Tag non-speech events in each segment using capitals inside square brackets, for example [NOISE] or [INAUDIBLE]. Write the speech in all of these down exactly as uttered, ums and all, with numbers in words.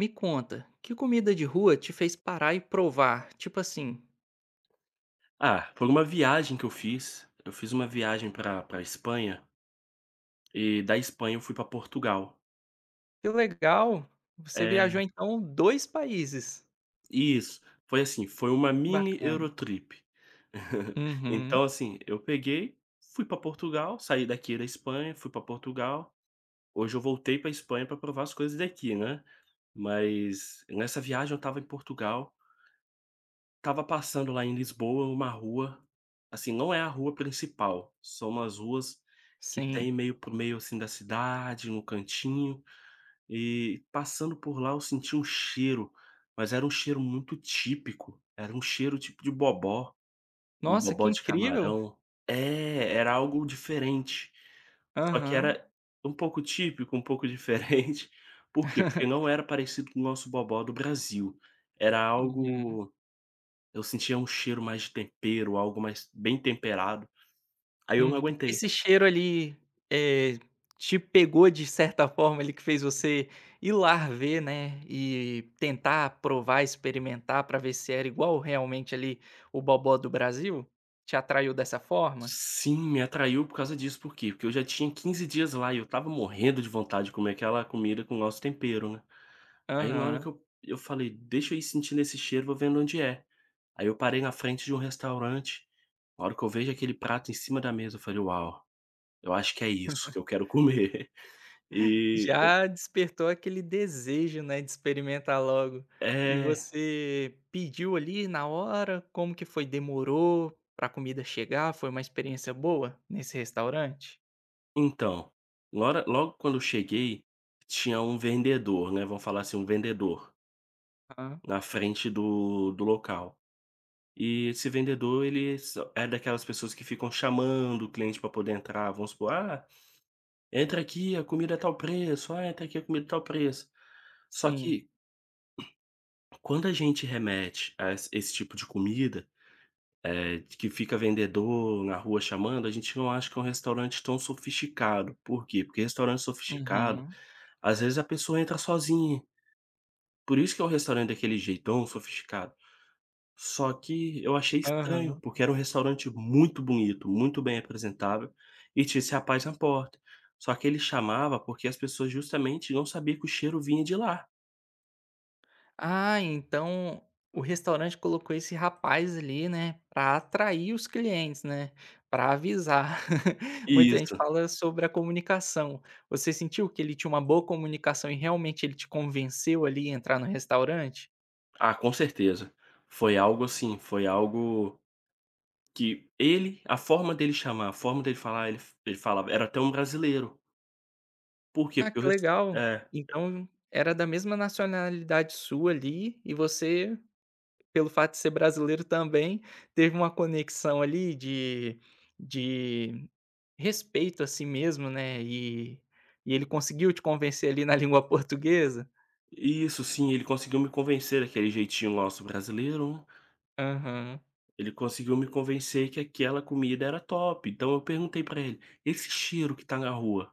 Me conta, que comida de rua te fez parar e provar? Tipo assim, Ah, por uma viagem que eu fiz, eu fiz uma viagem para para Espanha, e da Espanha eu fui para Portugal. que legal, você É, viajou então dois países. isso. Foi assim, foi uma mini Bacana. Eurotrip. [LAUGHS] Uhum, Então assim, eu peguei, fui para Portugal, saí daqui da Espanha, fui para Portugal. Hoje eu voltei para Espanha para provar as coisas daqui, né. Mas nessa viagem eu estava em Portugal. Tava passando lá em Lisboa uma rua, assim, não é a rua principal, são umas ruas que tem sim. meio para meio, assim, da cidade, no cantinho, e passando por lá eu senti um cheiro, mas era um cheiro muito típico, era um cheiro tipo de bobó, um Nossa, que bobó de incrível. camarão. É, era algo diferente, só que Aham. era um pouco típico, um pouco diferente. [LAUGHS] Por quê? Porque não [LAUGHS] era parecido com o nosso bobó do Brasil, era Uhum, algo, eu sentia um cheiro mais de tempero, algo mais bem temperado. Aí eu não uhum. aguentei. Esse cheiro ali, eh, te pegou de certa forma ali que fez você ir lá ver, né, e tentar provar, experimentar para ver se era igual realmente ali o "bobó" do Brasil? Te atraiu dessa forma? Sim, me atraiu por causa disso. Por quê? Porque eu já tinha quinze dias lá e eu tava morrendo de vontade de comer aquela comida com o nosso tempero, né. Aí na hora Aham. que eu eu falei: "Deixa eu ir sentindo esse cheiro, vou vendo onde é". Aí eu parei na frente de um restaurante, na hora que eu vejo aquele prato em cima da mesa, eu falei: "Uau, eu acho que é isso que eu quero comer". [LAUGHS] E Já despertou aquele desejo, né, de experimentar logo. E é você pediu ali na hora? Como que foi? Demorou pra comida chegar? Foi uma experiência boa nesse restaurante? Então, lora logo quando eu cheguei, tinha um vendedor, né, vamos falar assim, um vendedor, Aham, na frente do do local. E esse vendedor, ele só é daquelas pessoas que ficam chamando o cliente para poder entrar, vamos supor: "Ah, entra aqui, a comida é tal preço, ah, entra aqui, a comida é tal preço". Só sim. que, quando a gente remete a esse esse tipo de comida, é, que fica vendedor na rua chamando, a gente não acha que é um restaurante tão sofisticado. Por quê? Porque restaurante sofisticado, Uhum. às vezes a pessoa entra sozinha. Por isso que é um restaurante daquele jeitão sofisticado. Só que eu achei estranho, Aham. porque era um restaurante muito bonito, muito bem apresentável, e tinha esse rapaz na porta. Só que ele chamava porque as pessoas justamente não sabiam que o cheiro vinha de lá. Ah, então o restaurante colocou esse rapaz ali, né, para atrair os clientes, né, para avisar. [LAUGHS] Muita gente Isso. fala sobre a comunicação. Você sentiu que ele tinha uma boa comunicação e realmente ele te convenceu ali a entrar no restaurante? Ah, com certeza. Foi algo assim, foi algo, que ele, a forma dele chamar, a forma dele falar, ele ele falava, era até um brasileiro. Por quê? Ah, Porque eu que res legal. é. Então era da mesma nacionalidade sua ali e você, pelo fato de ser brasileiro também, teve uma conexão ali de de respeito a si mesmo, né, e e ele conseguiu te convencer ali na [LAUGHS] língua portuguesa? Isso, sim, ele conseguiu me convencer aquele jeitinho nosso brasileiro, né, Aham. ele conseguiu me convencer que aquela comida era top. Então eu perguntei pra ele: "Esse cheiro que tá na rua,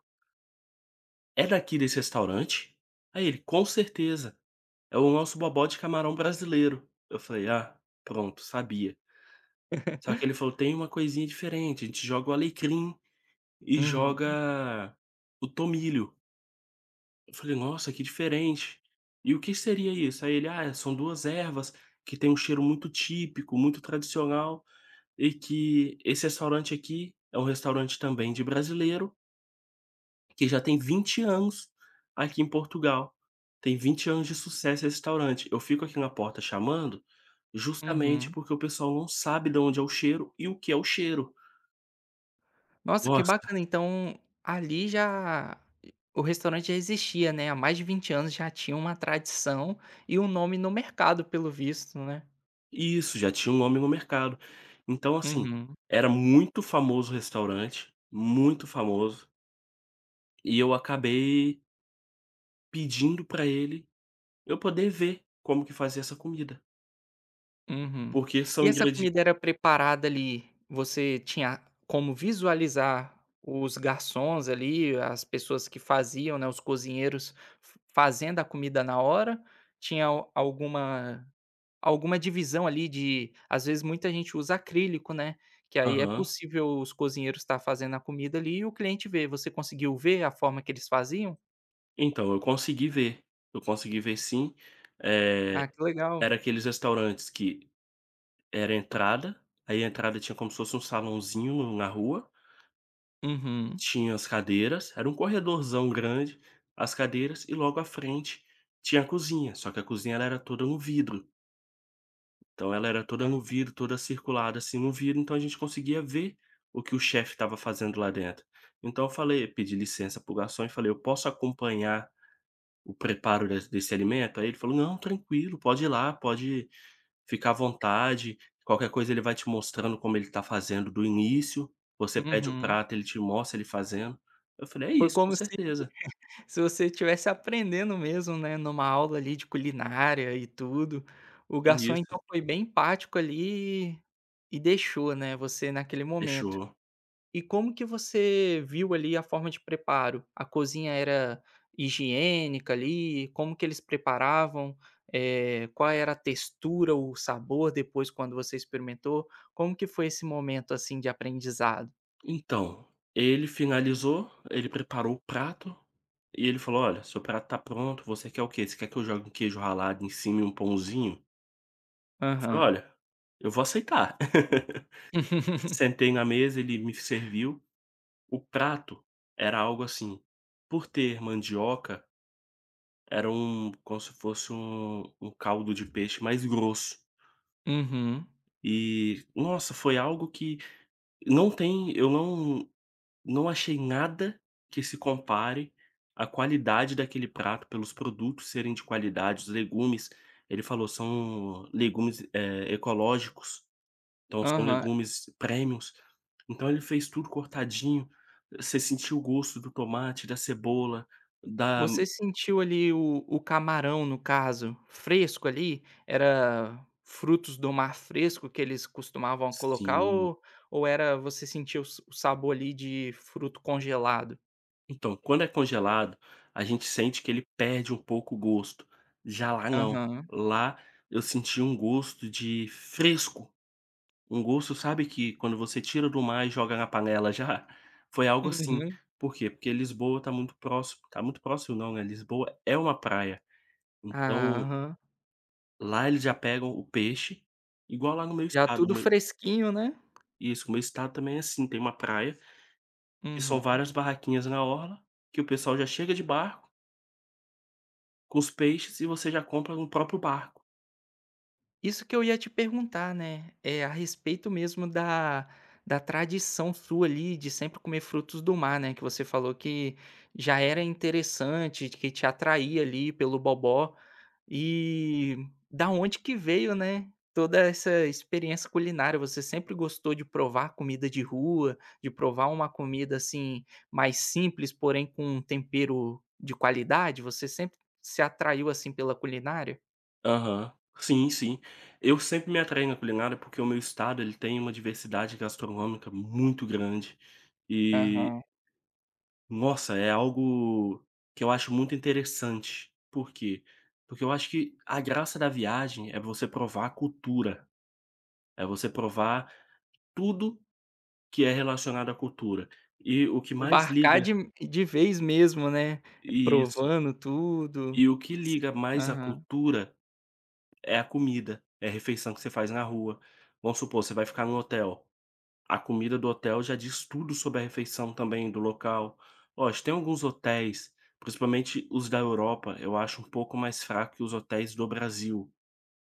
é daqui desse restaurante?" Aí ele: "Com certeza, é o nosso bobó de camarão brasileiro". Eu falei: "Ah, pronto, sabia". Só que ele falou: "Tem uma coisinha diferente, a gente joga o alecrim e Uhum, joga o tomilho". Eu falei: "Nossa, que diferente. E o que seria isso?" Aí ele: "Ah, são duas ervas que tem um cheiro muito típico, muito tradicional, e que esse restaurante aqui é um restaurante também de brasileiro, que já tem vinte anos aqui em Portugal. Tem vinte anos de sucesso esse restaurante. Eu fico aqui na porta chamando, justamente uhum. porque o pessoal não sabe de onde é o cheiro e o que é o cheiro". Nossa, que Nossa. bacana, então ali já o restaurante já existia, né, há mais de vinte anos, já tinha uma tradição e um nome no mercado, pelo visto, né? Isso, já tinha um nome no mercado. Então, assim, Uhum. era muito famoso o restaurante, muito famoso, e eu acabei pedindo pra ele, eu poder ver como que fazia essa comida, Uhum. porque são E essa ingredientes. comida era preparada ali, você tinha como visualizar os garçons ali, as pessoas que faziam, né, os cozinheiros f fazendo a comida na hora? Tinha al alguma alguma divisão ali de às vezes muita gente usa acrílico, né, que aí é Aham. possível os cozinheiros estar fazendo a comida ali e o cliente ver. Você conseguiu ver a forma que eles faziam? Então, eu consegui ver, eu consegui ver sim. Eh, Ah, que legal. Era aqueles restaurantes que era entrada, aí a entrada tinha como se fosse um salãozinho na rua. E Uhum. tinha as cadeiras, era um corredorzão grande, as cadeiras e logo à frente tinha a cozinha, só que a cozinha, ela era toda no vidro. Então ela era toda no Aham. vidro, toda circulada assim no vidro, então a gente conseguia ver o que o chefe estava fazendo lá dentro. Então eu falei, pedi licença para o garçom e falei: "Eu posso acompanhar o preparo des desse alimento?" Aí ele falou: "Não, tranquilo, pode ir lá, pode. Fica à vontade, qualquer coisa ele vai te mostrando como ele tá fazendo do início, você pede o Uhum. prato, ele te mostra ele fazendo". Eu falei: "É Foi isso, com como se certeza". Se você estivesse aprendendo mesmo, né, numa aula ali de culinária e tudo, o garçom Isso, então foi bem empático ali e e deixou, né, você naquele momento. fechou. E como que você viu ali a forma de preparo? A cozinha era higiênica ali? Como que eles preparavam? Eh, qual era a textura, o sabor depois quando você experimentou? Como que foi esse momento, assim, de aprendizado? Então, ele finalizou, ele preparou o prato e ele falou: "Olha, seu prato tá pronto, você quer o quê? Você quer que eu jogue um queijo ralado em cima e um pãozinho?" Eu falei: Aham. "Olha, eu vou aceitar". [LAUGHS] [LAUGHS] Sentei na mesa, ele me serviu. O prato era algo assim, por ter mandioca. Era um, como se fosse um um caldo de peixe mais grosso. Uhum. E, nossa, foi algo que não tem eu não não achei nada que se compare à qualidade daquele prato, pelos produtos serem de qualidade, os legumes, ele falou: "São legumes, eh, ecológicos, então são Aham. legumes premiums". Então ele fez tudo cortadinho, você sentiu o gosto do tomate, da cebola, da, Você sentiu ali o o camarão, no caso, fresco ali? Era frutos do mar fresco que eles costumavam colocar sim. ou ou era, você sentiu o s- o sabor ali de fruto congelado? Então, quando é congelado, a gente sente que ele perde um pouco o gosto. Já lá não. Aham. Lá eu senti um gosto de fresco, um gosto, sabe, que quando você tira do mar e joga na panela já. [LAUGHS] Foi algo assim. Uhum. Por quê? Porque Lisboa tá muito próximo, tá muito próximo não, né, Lisboa é uma praia. Ah, Então, aham. lá eles já pegam o peixe, igual lá no meu Já estado, tudo o meu, fresquinho, né? isso, o meu estado também é assim, tem uma praia, que são Uhum. várias barraquinhas na orla, que o pessoal já chega de barco com os peixes e você já compra no próprio barco. Isso que eu ia te perguntar, né, é a respeito mesmo da da tradição sua ali de sempre comer frutos do mar, né, que você falou que já era interessante, que te atraía ali pelo bobó. E da onde que veio, né, toda essa experiência culinária? Você sempre gostou de provar comida de rua, de provar uma comida, assim, mais simples, porém com um tempero de qualidade? Você sempre se atraiu, assim, pela culinária? Aham. Sim, sim. Eu sempre me atraí na culinária, porque o meu estado, ele tem uma diversidade gastronômica muito grande e, Aham. nossa, é algo que eu acho muito interessante. Por quê? Porque eu acho que a graça da viagem é você provar a cultura, é você provar tudo que é relacionado à cultura. E o que mais Embarcar liga, de de vez mesmo, né, isso, provando tudo. e o que S liga mais à aham. cultura, é a comida, é a refeição que você faz na rua. Vamos supor, você vai ficar no hotel, a comida do hotel já diz tudo sobre a refeição também do local. Hoje, tem alguns hotéis, principalmente os da Europa, eu acho um pouco mais fraco que os hotéis do Brasil,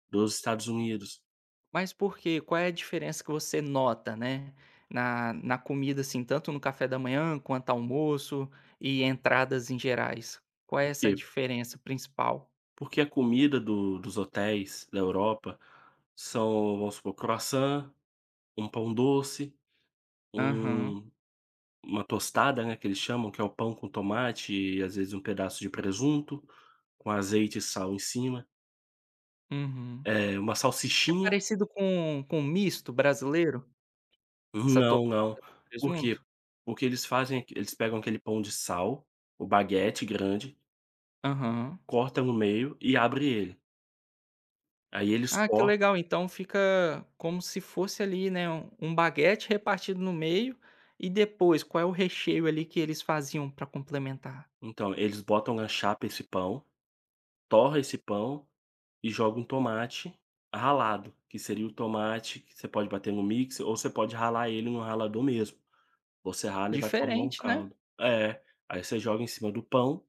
dos Estados Unidos. Mas por quê? Qual é a diferença que você nota, né, na na comida, assim, tanto no café da manhã quanto almoço e entradas em gerais? Qual é Por essa quê? diferença principal? Porque a comida do dos hotéis da Europa são, vamos supor, croissant, um pão doce, Aham, um, uma tostada, né, que eles chamam, que é o pão com tomate e, às vezes, um pedaço de presunto. Com azeite e sal em cima, uhum. eh, uma É salsichinha, parecido com com o misto brasileiro? Essa não, torrada não. com Por quê? presunto? Porque eles fazem aqu eles pegam aquele pão de sal, o baguete grande, Aham. cortam no meio e abre ele. Aí eles Ah, que cor legal. Então fica como se fosse ali, né, um um baguete repartido no meio, e depois qual é o recheio ali que eles faziam para complementar? então, eles botam na chapa esse pão, torra esse pão e joga um tomate ralado, que seria o tomate que você pode bater no mixer ou você pode ralar ele no ralador mesmo. Você rala e vai formar um Diferente, né? caldo. É, aí você joga em cima do pão,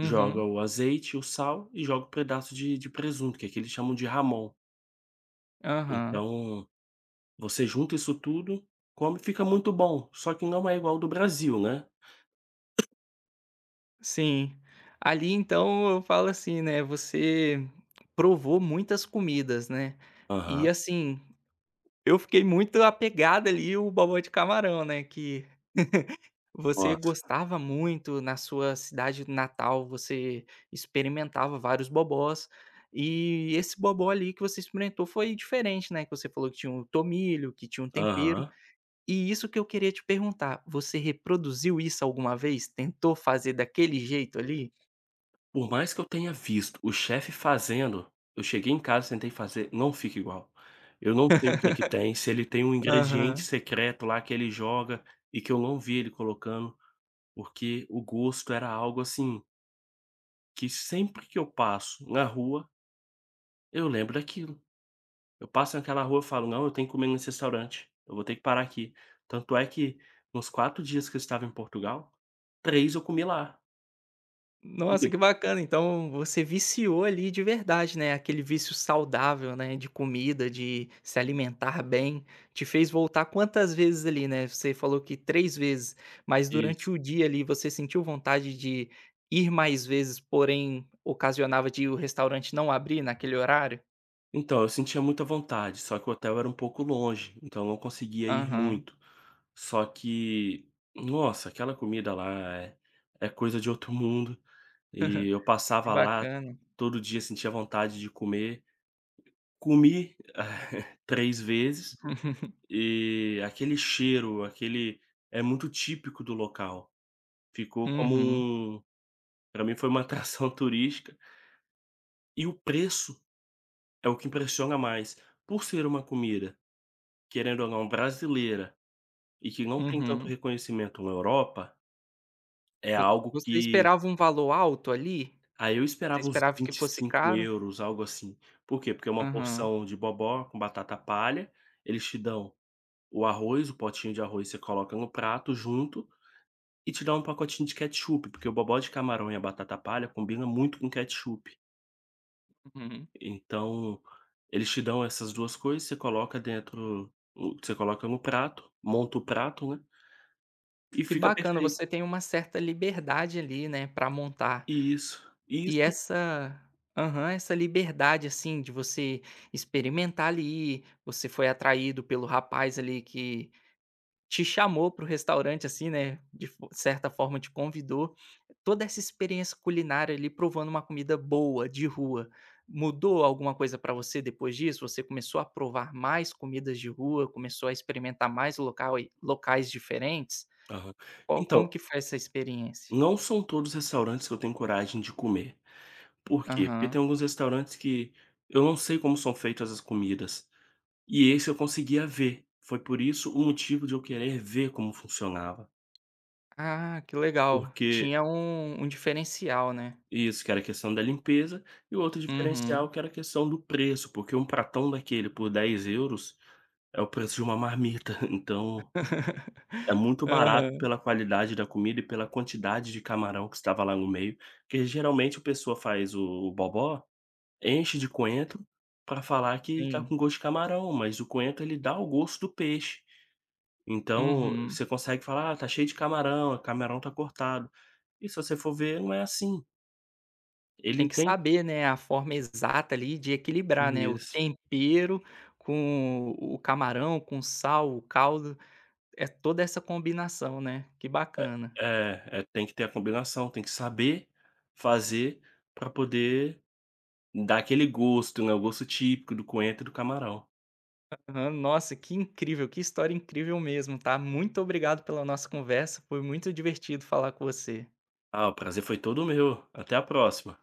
joga o azeite, o sal e joga um pedaço de de presunto, que aqui eles chamam de ramon. Aham. Então, você junta isso tudo, come, fica muito bom, só que não é igual ao do Brasil, né. Sim. Ali então eu falo assim, né, você provou muitas comidas, né? E Aham. assim, eu fiquei muito apegado ali o bobó de camarão, né, que Você Nossa. gostava muito na sua cidade natal, você experimentava vários bobós, e esse bobó ali que você experimentou foi diferente, né, que você falou que tinha um tomilho, que tinha um tempero. Aham. E isso que eu queria te perguntar, você reproduziu isso alguma vez? Tentou fazer daquele jeito ali? Por mais que eu tenha visto o chefe fazendo, eu cheguei em casa, tentei fazer, não fica igual. Eu não sei o que é que tem, se ele tem um ingrediente Aham. secreto lá que ele joga e que eu não vi ele colocando, porque o gosto era algo, assim, que sempre que eu passo na rua, eu lembro daquilo. Eu passo naquela rua, eu falo: "Não, eu tenho que comer nesse restaurante, eu vou ter que parar aqui". Tanto é que, nos quatro dias que eu estava em Portugal, três eu comi lá. Por Nossa, quê? que bacana. Então você viciou ali de verdade, né? Aquele vício saudável, né? De comida, de se alimentar bem, te fez voltar quantas vezes ali, né? Você falou que três vezes, mas Isso. durante o dia ali você sentiu vontade de ir mais vezes, porém ocasionava de o restaurante não abrir naquele horário? Então, eu sentia muita vontade, só que o hotel era um pouco longe, então eu não conseguia ir Aham, muito. Só que, nossa, aquela comida lá é, é coisa de outro mundo, e eu que passava lá bacana. todo dia, sentia vontade de comer. Comi [LAUGHS] três vezes. [LAUGHS] E aquele cheiro, aquele, é muito típico do local. Ficou como Uhum, um, para mim foi uma [LAUGHS] atração turística. E o preço é o que impressiona mais. Por ser uma comida, querendo ou não, brasileira e que não tem tanto uhum. reconhecimento na Europa, é Vo- algo Você que, esperava um valor alto ali? aí eu Você esperava uns esperava que vinte e fosse cinco caro? euros, algo assim. Por quê? Porque é uma Aham. porção de bobó com batata palha, eles te dão o arroz, o potinho de arroz você coloca no prato junto e tirar um pacotinho de ketchup, porque o bobó de camarão e a batata palha combina muito com ketchup. Uhum. Então, eles te dão essas duas coisas, você coloca dentro o, você coloca no prato, monta o prato, né, e Que fica bacana, perfeito. você tem uma certa liberdade ali, né, para montar. Isso, E isso. essa, aham, essa liberdade, assim, de você experimentar ali, você foi atraído pelo rapaz ali que te chamou para o restaurante, assim, né, de fo certa forma te convidou. Toda essa experiência culinária ali, provando uma comida boa, de rua, mudou alguma coisa para você depois disso? Você começou a provar mais comidas de rua, começou a experimentar mais local locais diferentes? Aham. Qual Então, como que foi essa experiência? não são todos os restaurantes que eu tenho coragem de comer. Por quê? Porque Aham. tem alguns restaurantes que eu não sei como são feitas as comidas, e esse eu conseguia ver. Foi por isso o motivo de eu querer ver como funcionava, Ah, que legal. porque, Tinha um um diferencial, né. isso, que era a questão da limpeza, e o outro Uhum. diferencial que era a questão do preço, porque um pratão daquele por dez euros é o preço de uma marmita, [LAUGHS] então é muito barato Aham. pela qualidade da comida e pela quantidade de camarão que estava lá no meio, porque geralmente a pessoa faz o o bobó, enche de coentro para falar que tá Sim. com gosto de camarão, mas o coentro ele dá o gosto do peixe. Então, Uhum. você consegue falar: "Ah, tá cheio de camarão, o camarão tá cortado". E se você for ver, não é assim. Tem Ele que tem, saber, né, a forma exata ali de equilibrar, né, o isso. tempero com o camarão, com sal, o caldo, é toda essa combinação, né. Que bacana. É, é, tem que ter a combinação, tem que saber fazer para poder dar aquele gosto, né, o gosto típico do coentro e do camarão. Aham. Nossa, que incrível, que história incrível mesmo, tá. Muito obrigado pela nossa conversa, foi muito divertido falar com você. Ah, o prazer foi todo meu. Até a próxima.